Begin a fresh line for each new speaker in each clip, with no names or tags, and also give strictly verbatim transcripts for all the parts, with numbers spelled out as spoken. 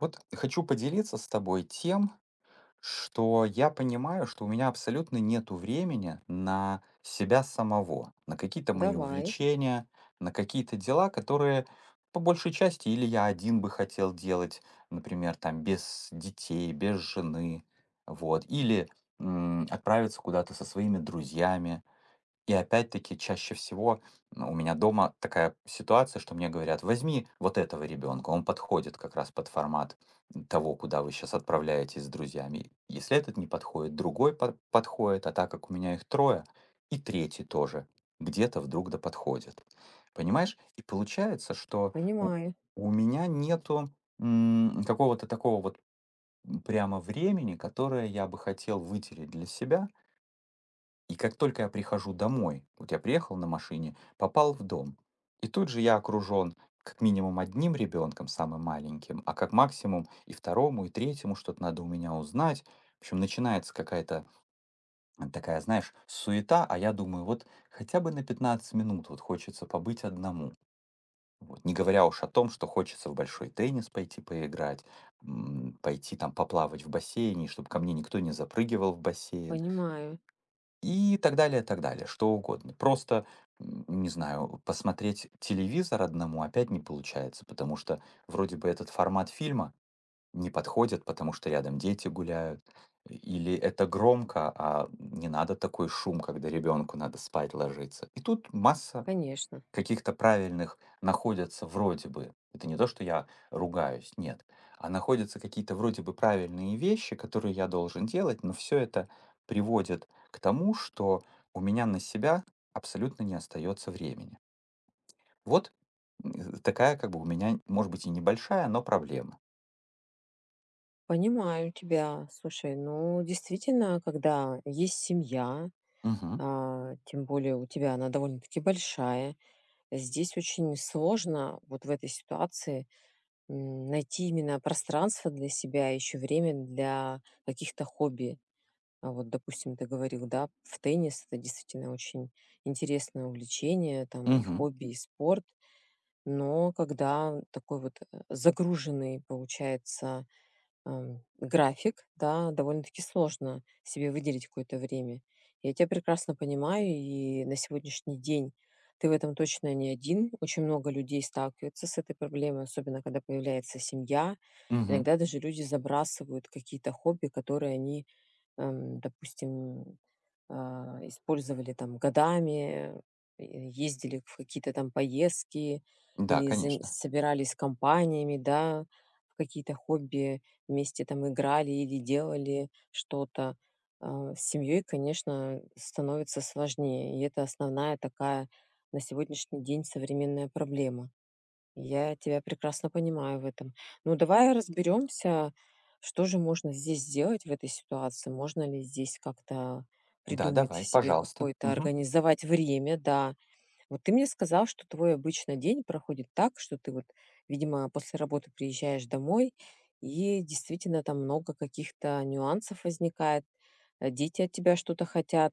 Вот хочу поделиться с тобой тем, что я понимаю, что у меня абсолютно нету времени на себя самого, на какие-то мои
Давай,
увлечения, на какие-то дела, которые по большей части или я один бы хотел делать, например, там без детей, без жены, вот, или м, отправиться куда-то со своими друзьями, и опять-таки чаще всего, ну, у меня дома такая ситуация, что мне говорят: "Возьми вот этого ребенка, он подходит как раз под формат того, куда вы сейчас отправляетесь с друзьями". Если этот не подходит, другой под подходит, а так как у меня их трое, и третий тоже где-то вдруг да подходит. Понимаешь? И получается, что у
понимаю,
у меня нету, м, какого-то такого вот, м, прямо времени, которое я бы хотел выделить для себя. И как только я прихожу домой, вот я приехал на машине, попал в дом, и тут же я окружен как минимум одним ребенком, самым маленьким, а как максимум и второму, и третьему что-то надо у меня узнать. В общем, начинается какая-то э, такая, знаешь, суета, а я думаю, вот хотя бы на пятнадцать минут вот хочется побыть одному. Вот. Не говоря уж о том, что хочется в большой теннис пойти поиграть, м, пойти там поплавать в бассейне, чтобы ко мне никто не запрыгивал в бассейн,
понимаю,
и так далее, так далее, что угодно. Просто, м, не знаю, посмотреть телевизор одному опять не получается, потому что вроде бы этот формат фильма не подходит, потому что рядом дети гуляют, или это громко, а не надо такой шум, когда ребенку надо спать ложиться. И тут масса
конечно.
каких-то правильных находятся вроде бы. Это не то, что я ругаюсь, нет. А находятся какие-то вроде бы правильные вещи, которые я должен делать, но все это приводит к тому, что у меня на себя абсолютно не остается времени. Вот, м, такая как бы у меня, может быть, и небольшая, но проблема.
Понимаю тебя. Слушай, ну действительно, когда есть семья,
Мгм.
а, тем более у тебя она довольно-таки большая, здесь очень сложно вот в этой ситуации м, найти именно пространство для себя, еще время для каких-то хобби. А вот, допустим, ты говорил, да, в теннис это действительно очень интересное увлечение, там и
Мгм.
хобби, и спорт. Но когда такой вот, э, загруженный, получается, ам, график, да, довольно-таки сложно себе выделить какое-то время. Я тебя прекрасно понимаю, и на сегодняшний день ты в этом точно не один. Очень много людей сталкиваются с этой проблемой, особенно когда появляется семья.
Мгм.
Иногда даже люди забрасывают какие-то хобби, которые они, эм, допустим, а, использовали там годами, э, ездили в какие-то там поездки
Да,
или зан-
конечно.
собирались с компаниями, да, в какие-то хобби вместе там играли или делали что-то. А, С семьей, конечно, становится сложнее, и это основная такая на сегодняшний день современная проблема. Я тебя прекрасно понимаю в этом. Ну, давай разберемся, что же можно здесь сделать в этой ситуации. Можно ли здесь как-то
Да,
придумать
давай,
себе
пожалуйста.
какое-то,
Мгм.
организовать время, да, вот ты мне сказал, что твой обычно день проходит так, что ты вот, видимо, после работы приезжаешь домой, и действительно там много каких-то нюансов возникает. Э, Дети от тебя что-то хотят,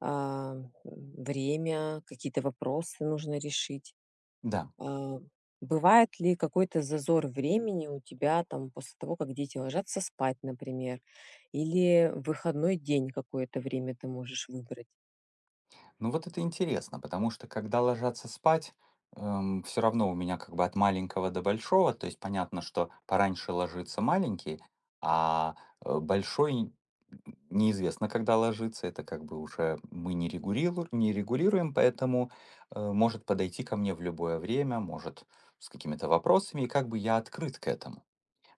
а, м, время, какие-то вопросы нужно решить.
Да.
А, Бывает ли какой-то зазор времени у тебя там после того, как дети ложатся спать, например, или в выходной день какое-то время ты можешь выбрать?
Ну вот это интересно, потому что когда ложатся спать, все равно у меня как бы от маленького до большого, то есть понятно, что пораньше ложится маленький, а э, большой неизвестно, когда ложится, это как бы уже мы не регулируем, не регулируем, поэтому э, может подойти ко мне в любое время, может с какими-то вопросами, и как бы я открыт к этому.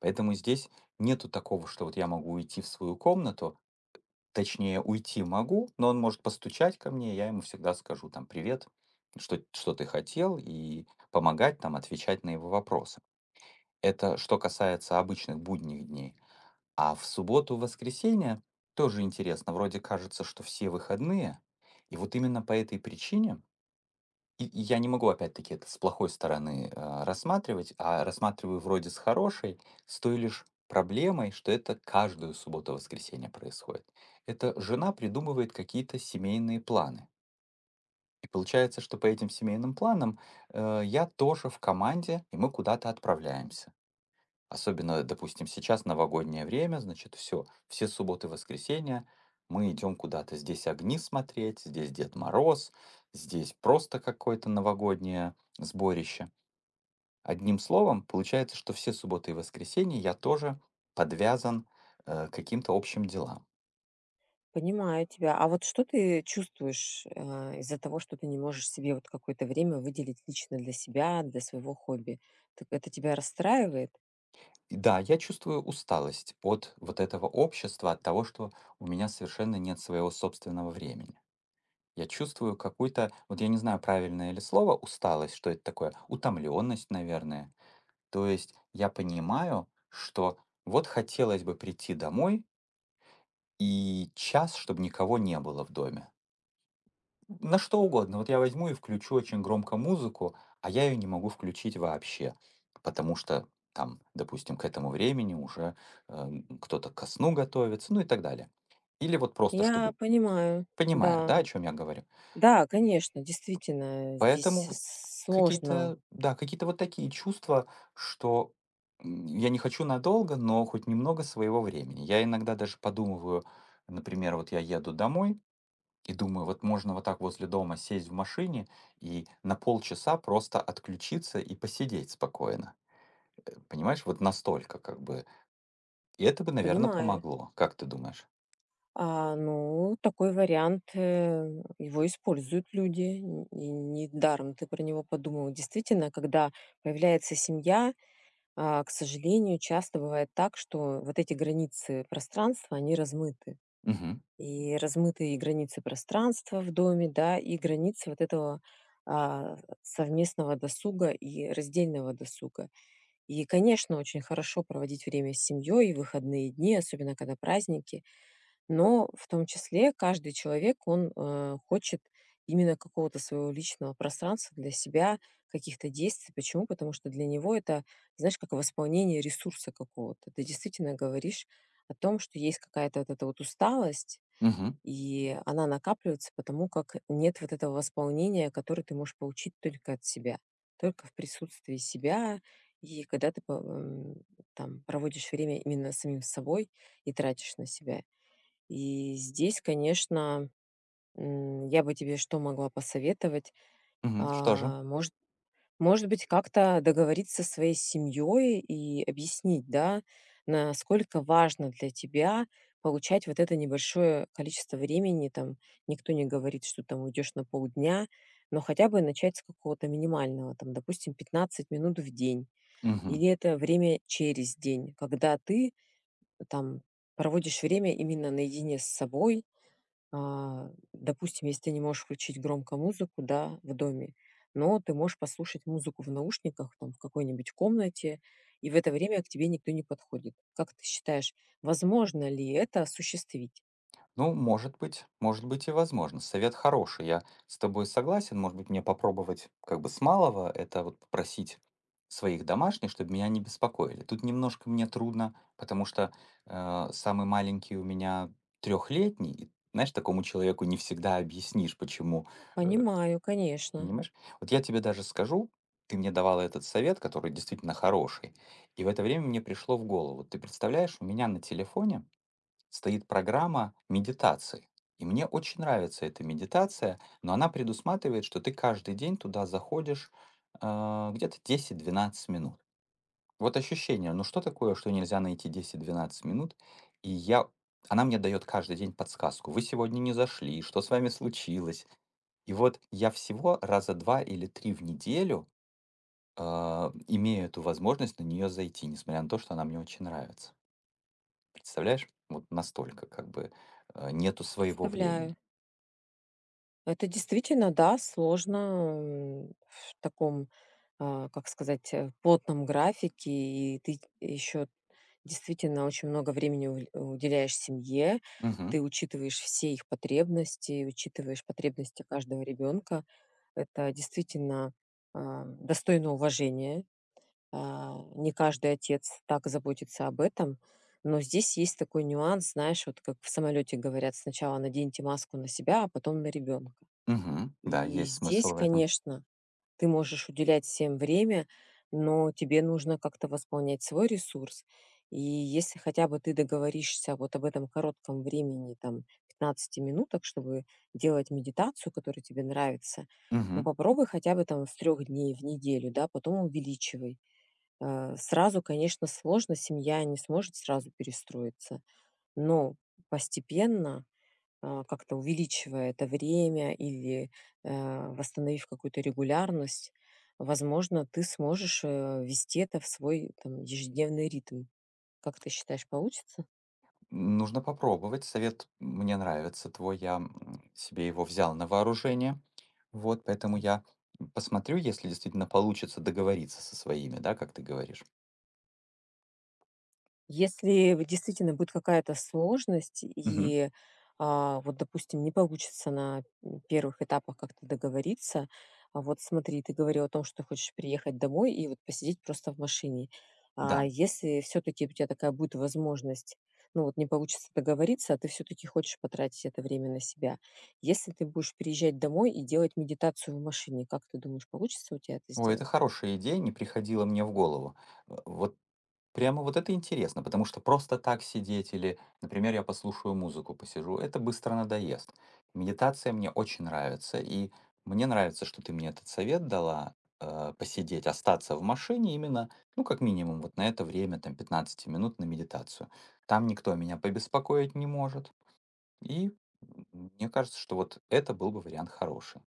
Поэтому здесь нету такого, что вот я могу уйти в свою комнату. Точнее, уйти могу, но он может постучать ко мне, я ему всегда скажу там: "Привет, что что ты хотел?" И помогать там отвечать на его вопросы. Это что касается обычных будних дней. А в субботу, воскресенье тоже интересно. Вроде кажется, что все выходные, и вот именно по этой причине и и я не могу опять-таки это с плохой стороны, а, рассматривать, а рассматриваю вроде с хорошей, с той лишь проблемой, что это каждую субботу-воскресенье происходит. Это жена придумывает какие-то семейные планы. И получается, что по этим семейным планам, э, я тоже в команде, и мы куда-то отправляемся. Особенно, допустим, сейчас новогоднее время, значит, все, все субботы, воскресенья мы идем куда-то. Здесь огни смотреть, здесь Дед Мороз, здесь просто какое-то новогоднее сборище. Одним словом, получается, что все субботы и воскресенья я тоже подвязан, э, к каким-то общим делам.
Понимаю тебя. А вот что ты чувствуешь, а, из-за того, что ты не можешь себе вот какое-то время выделить лично для себя, для своего хобби? Т Это тебя расстраивает?
И да, я чувствую усталость от вот этого общества, от того, что у меня совершенно нет своего собственного времени. Я чувствую какую-то, вот я не знаю, правильное ли слово, усталость, что это такое, утомленность, наверное. То есть я понимаю, что вот хотелось бы прийти домой и час, чтобы никого не было в доме. На что угодно. Вот я возьму и включу очень громко музыку, а я ее не могу включить вообще, потому что там, допустим, к этому времени уже э, кто-то ко сну готовится, ну и так далее. Или вот просто,
Я
чтобы,
понимаю.
понимаешь,
Да,
да, о чем я говорю?
да, конечно, действительно, здесь
Поэтому вот
с сложно.
какие-то, да, какие-то вот такие чувства, что, м, я не хочу надолго, но хоть немного своего времени. Я иногда даже подумываю, например, вот я еду домой и думаю, вот можно вот так возле дома сесть в машине и на полчаса просто отключиться и посидеть спокойно. Э, понимаешь, вот настолько как бы. И это бы, наверное,
Понимаю.
помогло. Как ты думаешь?
А, ну, такой вариант, э, его используют люди. Н И недаром ты про него подумала. Действительно, когда появляется семья, А, к сожалению, часто бывает так, что вот эти границы пространства, они размыты.
Угу.
И размыты и границы пространства в доме, да, и границы вот этого а, совместного досуга и раздельного досуга. И, конечно, очень хорошо проводить время с семьей и выходные дни, особенно когда праздники, но в том числе каждый человек, он, э, хочет именно какого-то своего личного пространства для себя, каких-то действий. Почему? Потому что для него это, знаешь, как восполнение ресурса какого-то. Ты действительно говоришь о том, что есть какая-то вот эта вот усталость,
Угу.
и она накапливается, потому как нет вот этого восполнения, которое ты можешь получить только от себя, только в присутствии себя. И когда ты по м, там проводишь время именно с самим собой и тратишь на себя. И здесь, конечно, м, я бы тебе что могла посоветовать?
Угу. Что же?
А, может, может быть, как-то договориться со своей семьей и объяснить, да, насколько важно для тебя получать вот это небольшое количество времени. Там никто не говорит, что там уйдешь на полдня, но хотя бы начать с какого-то минимального, там, допустим, пятнадцать минут в день.
Угу.
Или это время через день, когда ты там проводишь время именно наедине с собой, а, допустим, если ты не можешь включить громко музыку, да, в доме, но ты можешь послушать музыку в наушниках, там, в какой-нибудь комнате, и в это время к тебе никто не подходит. Как ты считаешь, возможно ли это осуществить?
Ну, может быть, может быть, и возможно. Совет хороший, я с тобой согласен. Может быть, мне попробовать как бы с малого, это вот попросить своих домашних, чтобы меня не беспокоили. Тут немножко мне трудно, потому что э, самый маленький у меня трехлетний, и, знаешь, такому человеку не всегда объяснишь, почему, э,
Понимаю, конечно,
понимаешь? Вот я тебе даже скажу, ты мне давала этот совет, который действительно хороший, и в это время мне пришло в голову. Вот ты представляешь, у меня на телефоне стоит программа медитации. И мне очень нравится эта медитация, но она предусматривает, что ты каждый день туда заходишь а, где-то десять - двенадцать минут. Вот ощущение, ну что такое, что нельзя найти десять - двенадцать минут? И я, она мне дает каждый день подсказку. Вы сегодня не зашли, что с вами случилось? И вот я всего раза два или три в неделю а, имею эту возможность на нее зайти, несмотря на то, что она мне очень нравится. Представляешь? Вот настолько как бы, э, нету своего времени.
представляю. Это действительно, да, сложно, м, в таком, а, как сказать, э, плотном графике, и ты еще действительно очень много времени уль уделяешь семье. Ты
Мгм,
учитываешь все их потребности, учитываешь потребности каждого ребенка. Это действительно, а, достойно уважения. А, не каждый отец так заботится об этом. Но здесь есть такой нюанс, знаешь, вот как в самолете говорят: сначала наденьте маску на себя, а потом на ребенка.
мгм. Да,
И
есть смысл
здесь,
в этом.
конечно, ты можешь уделять всем время, но тебе нужно как-то восполнять свой ресурс. И если хотя бы ты договоришься вот об этом коротком времени, там, пятнадцати минуток, чтобы делать медитацию, которая тебе нравится, ну,
Мгм.
попробуй хотя бы там с трех дней в неделю, да, потом увеличивай. Э, Сразу, конечно, сложно, семья не сможет сразу перестроиться, но постепенно а, как-то увеличивая это время или, э, восстановив какую-то регулярность, возможно, ты сможешь, э, ввести это в свой там ежедневный ритм. Как ты считаешь, получится?
Нужно попробовать. Совет мне нравится твой. Я, м, себе его взял на вооружение. Вот, поэтому я посмотрю, если действительно получится договориться со своими, да, как ты говоришь.
Если в действительно будет какая-то сложность
Мгм.
и, а, вот, допустим, не получится на, м, первых этапах как-то договориться. А вот смотри, ты говорила о том, что хочешь приехать домой и вот посидеть просто в машине. А
Да.
если все таки у тебя такая будет возможность, ну, вот не получится договориться, а ты все таки хочешь потратить это время на себя. Если ты будешь приезжать домой и делать медитацию в машине, как ты думаешь, получится у тебя это
Ой, это
сделать?
хорошая идея, не приходила мне в голову. Э, вот Прямо вот это интересно, потому что просто так сидеть или, например, я послушаю музыку, посижу, это быстро надоест. Медитация мне очень нравится, и мне нравится, что ты мне этот совет дала, э, посидеть, остаться в машине именно, ну, как минимум, вот на это время, там, пятнадцать минут на медитацию. Там никто меня побеспокоить не может, и м, мне кажется, что вот это был бы вариант хороший.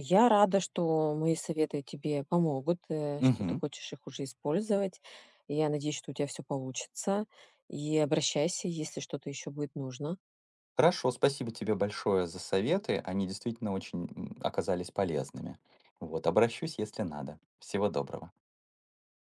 Я рада, что мои советы тебе помогут, э, что ты
Мгм.
хочешь их уже использовать. Я надеюсь, что у тебя все получится. И обращайся, если что-то еще будет нужно.
Хорошо, спасибо тебе большое за советы. Они действительно очень м, оказались полезными. Вот, обращусь, если надо. Всего доброго.